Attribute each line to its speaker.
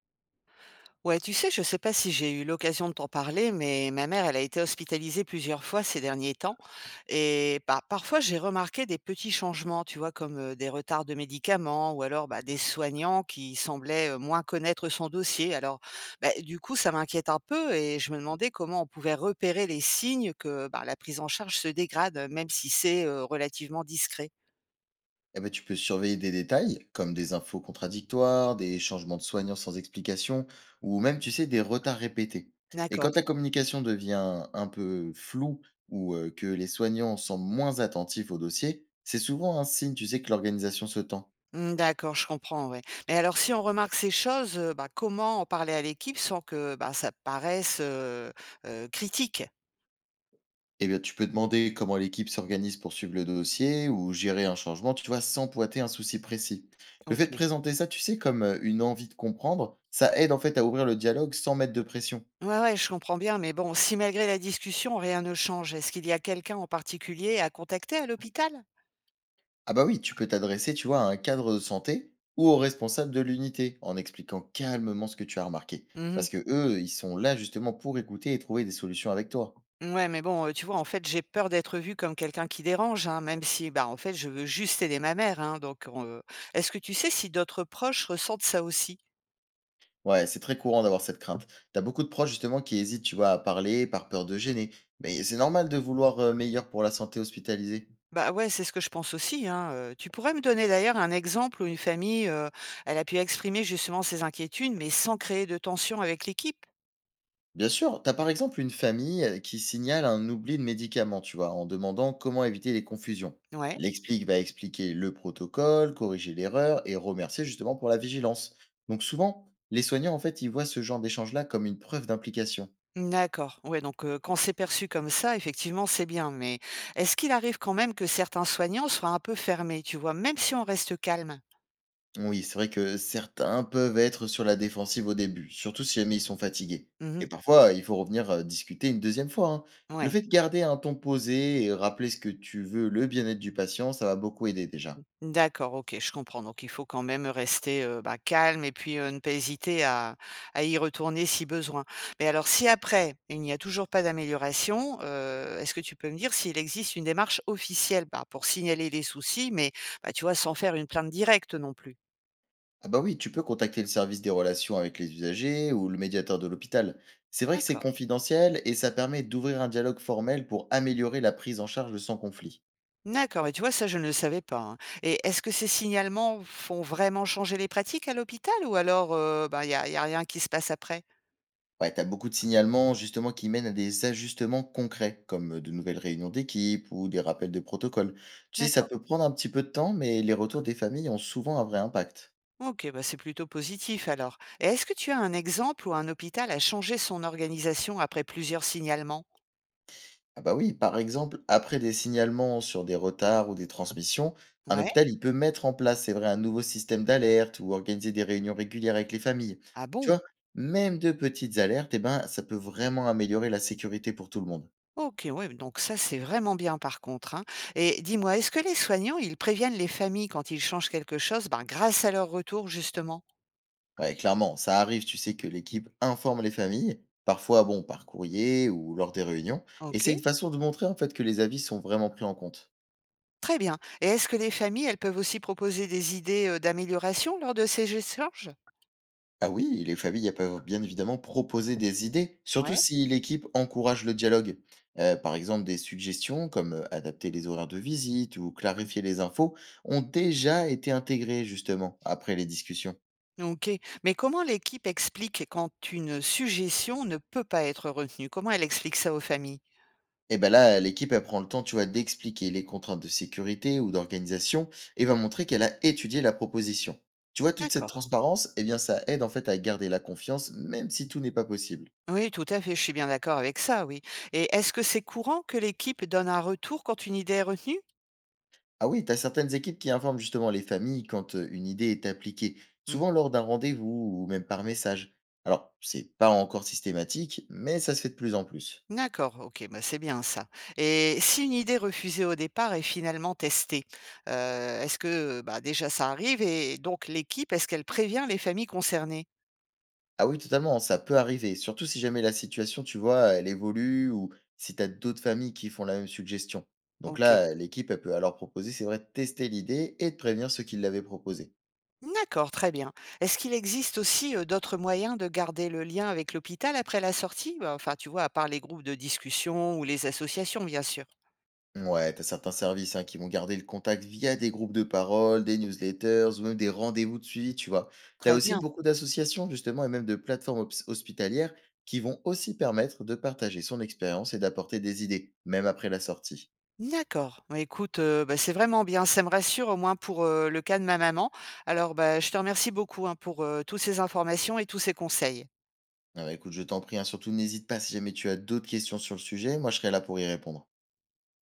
Speaker 1: Ouais, tu sais, je sais pas si j'ai eu l'occasion de t'en parler, mais ma mère, elle a été hospitalisée plusieurs fois ces derniers temps. Et bah, parfois, j'ai remarqué des petits changements, tu vois, comme des retards de médicaments ou alors bah, des soignants qui semblaient moins connaître son dossier. Alors, bah, du coup, ça m'inquiète un peu et je me demandais comment on pouvait repérer les signes que bah, la prise en charge se dégrade, même si c'est relativement discret.
Speaker 2: Eh ben, tu peux surveiller des détails, comme des infos contradictoires, des changements de soignants sans explication, ou même, tu sais, des retards répétés. Et
Speaker 1: D'accord.
Speaker 2: quand ta communication devient un peu floue ou que les soignants sont moins attentifs au dossier, c'est souvent un signe, tu sais, que l'organisation se tend.
Speaker 1: Mmh, d'accord, je comprends, ouais. Mais alors si on remarque ces choses, bah, comment en parler à l'équipe sans que, bah, ça paraisse, critique?
Speaker 2: Eh bien, tu peux demander comment l'équipe s'organise pour suivre le dossier ou gérer un changement, tu vois, sans pointer un souci précis. Le fait de
Speaker 1: OK.
Speaker 2: présenter ça, tu sais, comme une envie de comprendre, ça aide en fait à ouvrir le dialogue sans mettre de pression.
Speaker 1: Ouais, ouais, je comprends bien, mais bon, si malgré la discussion, rien ne change, est-ce qu'il y a quelqu'un en particulier à contacter à l'hôpital?
Speaker 2: Ah bah oui, tu peux t'adresser, tu vois, à un cadre de santé ou au responsable de l'unité en expliquant calmement ce que tu as remarqué.
Speaker 1: Mmh.
Speaker 2: Parce que eux, ils sont là justement pour écouter et trouver des solutions avec toi.
Speaker 1: Ouais, mais bon, tu vois, en fait, j'ai peur d'être vue comme quelqu'un qui dérange, hein, même si, bah, en fait, je veux juste aider ma mère, hein, donc est-ce que tu sais si d'autres proches ressentent ça aussi?
Speaker 2: Ouais, c'est très courant d'avoir cette crainte. T'as beaucoup de proches justement qui hésitent, tu vois, à parler par peur de gêner. Mais c'est normal de vouloir meilleur pour la santé hospitalisée.
Speaker 1: Bah, ouais, c'est ce que je pense aussi, hein. Tu pourrais me donner d'ailleurs un exemple où une famille, elle a pu exprimer justement ses inquiétudes, mais sans créer de tension avec l'équipe?
Speaker 2: Bien sûr, tu as par exemple une famille qui signale un oubli de médicament, tu vois, en demandant comment éviter les confusions.
Speaker 1: Ouais,
Speaker 2: L'explique va expliquer le protocole, corriger l'erreur et remercier justement pour la vigilance. Donc souvent, les soignants, en fait, ils voient ce genre d'échange-là comme une preuve d'implication.
Speaker 1: d'accord. Ouais, donc quand c'est perçu comme ça, effectivement, c'est bien, mais est-ce qu'il arrive quand même que certains soignants soient un peu fermés, tu vois? Même si on reste calme?
Speaker 2: Oui, c'est vrai que certains peuvent être sur la défensive au début, surtout si jamais ils sont fatigués.
Speaker 1: Mmh.
Speaker 2: Et parfois, il faut revenir discuter une deuxième fois, hein. Le
Speaker 1: Ouais.
Speaker 2: fait de garder un ton posé et rappeler ce que tu veux, le bien-être du patient, ça va beaucoup aider déjà.
Speaker 1: D'accord, OK, je comprends. Donc il faut quand même rester, bah, calme et puis, ne pas hésiter à y retourner si besoin. Mais alors si après, il n'y a toujours pas d'amélioration, est-ce que tu peux me dire s'il existe une démarche officielle, bah, pour signaler les soucis, mais, bah, tu vois, sans faire une plainte directe non plus?
Speaker 2: Ah bah oui, tu peux contacter le service des relations avec les usagers ou le médiateur de l'hôpital. C'est vrai que c'est
Speaker 1: D'accord.
Speaker 2: confidentiel et ça permet d'ouvrir un dialogue formel pour améliorer la prise en charge de son conflit.
Speaker 1: D'accord, mais tu vois, ça je ne le savais pas, hein. Et est-ce que ces signalements font vraiment changer les pratiques à l'hôpital ou alors, bah, il n'y a rien qui se passe après?
Speaker 2: Ouais, t'as beaucoup de signalements justement qui mènent à des ajustements concrets, comme de nouvelles réunions d'équipe ou des rappels de protocole. Tu sais, ça
Speaker 1: D'accord.
Speaker 2: peut prendre un petit peu de temps, mais les retours des familles ont souvent un vrai impact.
Speaker 1: OK, bah, c'est plutôt positif alors. Et est-ce que tu as un exemple où un hôpital a changé son organisation après plusieurs signalements?
Speaker 2: Ah bah oui, par exemple, après des signalements sur des retards ou des transmissions, un
Speaker 1: Ouais?
Speaker 2: hôpital, il peut mettre en place, c'est vrai, un nouveau système d'alerte ou organiser des réunions régulières avec les familles.
Speaker 1: Ah
Speaker 2: Tu
Speaker 1: bon?
Speaker 2: vois, même de petites alertes, eh ben, ça peut vraiment améliorer la sécurité pour tout le monde.
Speaker 1: OK, ouais, donc ça c'est vraiment bien par contre, hein. Et dis-moi, est-ce que les soignants, ils préviennent les familles quand ils changent quelque chose, ben, grâce à leur retour justement?
Speaker 2: Ouais, clairement, ça arrive, tu sais, que l'équipe informe les familles, parfois, bon, par courrier ou lors des réunions, et c'est une
Speaker 1: OK,
Speaker 2: façon de montrer, en fait, que les avis sont vraiment pris en compte.
Speaker 1: très bien. Et est-ce que les familles, elles peuvent aussi proposer des idées d'amélioration lors de ces échanges?
Speaker 2: Ah oui, les familles, elles peuvent bien évidemment proposer des idées, surtout
Speaker 1: Ouais?
Speaker 2: si l'équipe encourage le dialogue. Par exemple, des suggestions comme adapter les horaires de visite ou clarifier les infos ont déjà été intégrées justement après les discussions.
Speaker 1: OK. Mais comment l'équipe explique quand une suggestion ne peut pas être retenue? Comment elle explique ça aux familles?
Speaker 2: Et ben là, l'équipe, elle prend le temps, tu vois, d'expliquer les contraintes de sécurité ou d'organisation et va montrer qu'elle a étudié la proposition. Tu vois, toute cette
Speaker 1: D'accord.
Speaker 2: transparence, eh bien, ça aide en fait à garder la confiance, même si tout n'est pas possible.
Speaker 1: Oui, tout à fait, je suis bien d'accord avec ça, oui. Et est-ce que c'est courant que l'équipe donne un retour quand une idée est retenue?
Speaker 2: Ah oui, tu as certaines équipes qui informent justement les familles quand une idée est appliquée,
Speaker 1: Hmm.
Speaker 2: souvent lors d'un rendez-vous ou même par message. Alors, c'est pas encore systématique, mais ça se fait de plus en plus.
Speaker 1: D'accord, ok, bah c'est bien ça. Et si une idée refusée au départ est finalement testée, est-ce que bah, déjà ça arrive et donc l'équipe, est-ce qu'elle prévient les familles concernées?
Speaker 2: Ah oui, totalement, ça peut arriver, surtout si jamais la situation, tu vois, elle évolue ou si tu as d'autres familles qui font la même suggestion. Donc
Speaker 1: Ok,
Speaker 2: là, l'équipe, elle peut alors proposer, c'est vrai, de tester l'idée et de prévenir ceux qui l'avaient proposée.
Speaker 1: d'accord, très bien. Est-ce qu'il existe aussi d'autres moyens de garder le lien avec l'hôpital après la sortie? Bah, enfin, tu vois, à part les groupes de discussion ou les associations, bien sûr.
Speaker 2: Ouais, t'as certains services, hein, qui vont garder le contact via des groupes de parole, des newsletters ou même des rendez-vous de suivi, tu vois. T'as
Speaker 1: Très
Speaker 2: aussi
Speaker 1: bien.
Speaker 2: beaucoup d'associations justement et même de plateformes hospitalières qui vont aussi permettre de partager son expérience et d'apporter des idées, même après la sortie.
Speaker 1: D'accord. Bah, écoute, bah, c'est vraiment bien, ça me rassure au moins pour, le cas de ma maman. Alors, bah, je te remercie beaucoup, hein, pour, toutes ces informations et tous ces conseils.
Speaker 2: Ah bah, écoute, je t'en prie, hein, surtout n'hésite pas si jamais tu as d'autres questions sur le sujet, moi je serai là pour y répondre.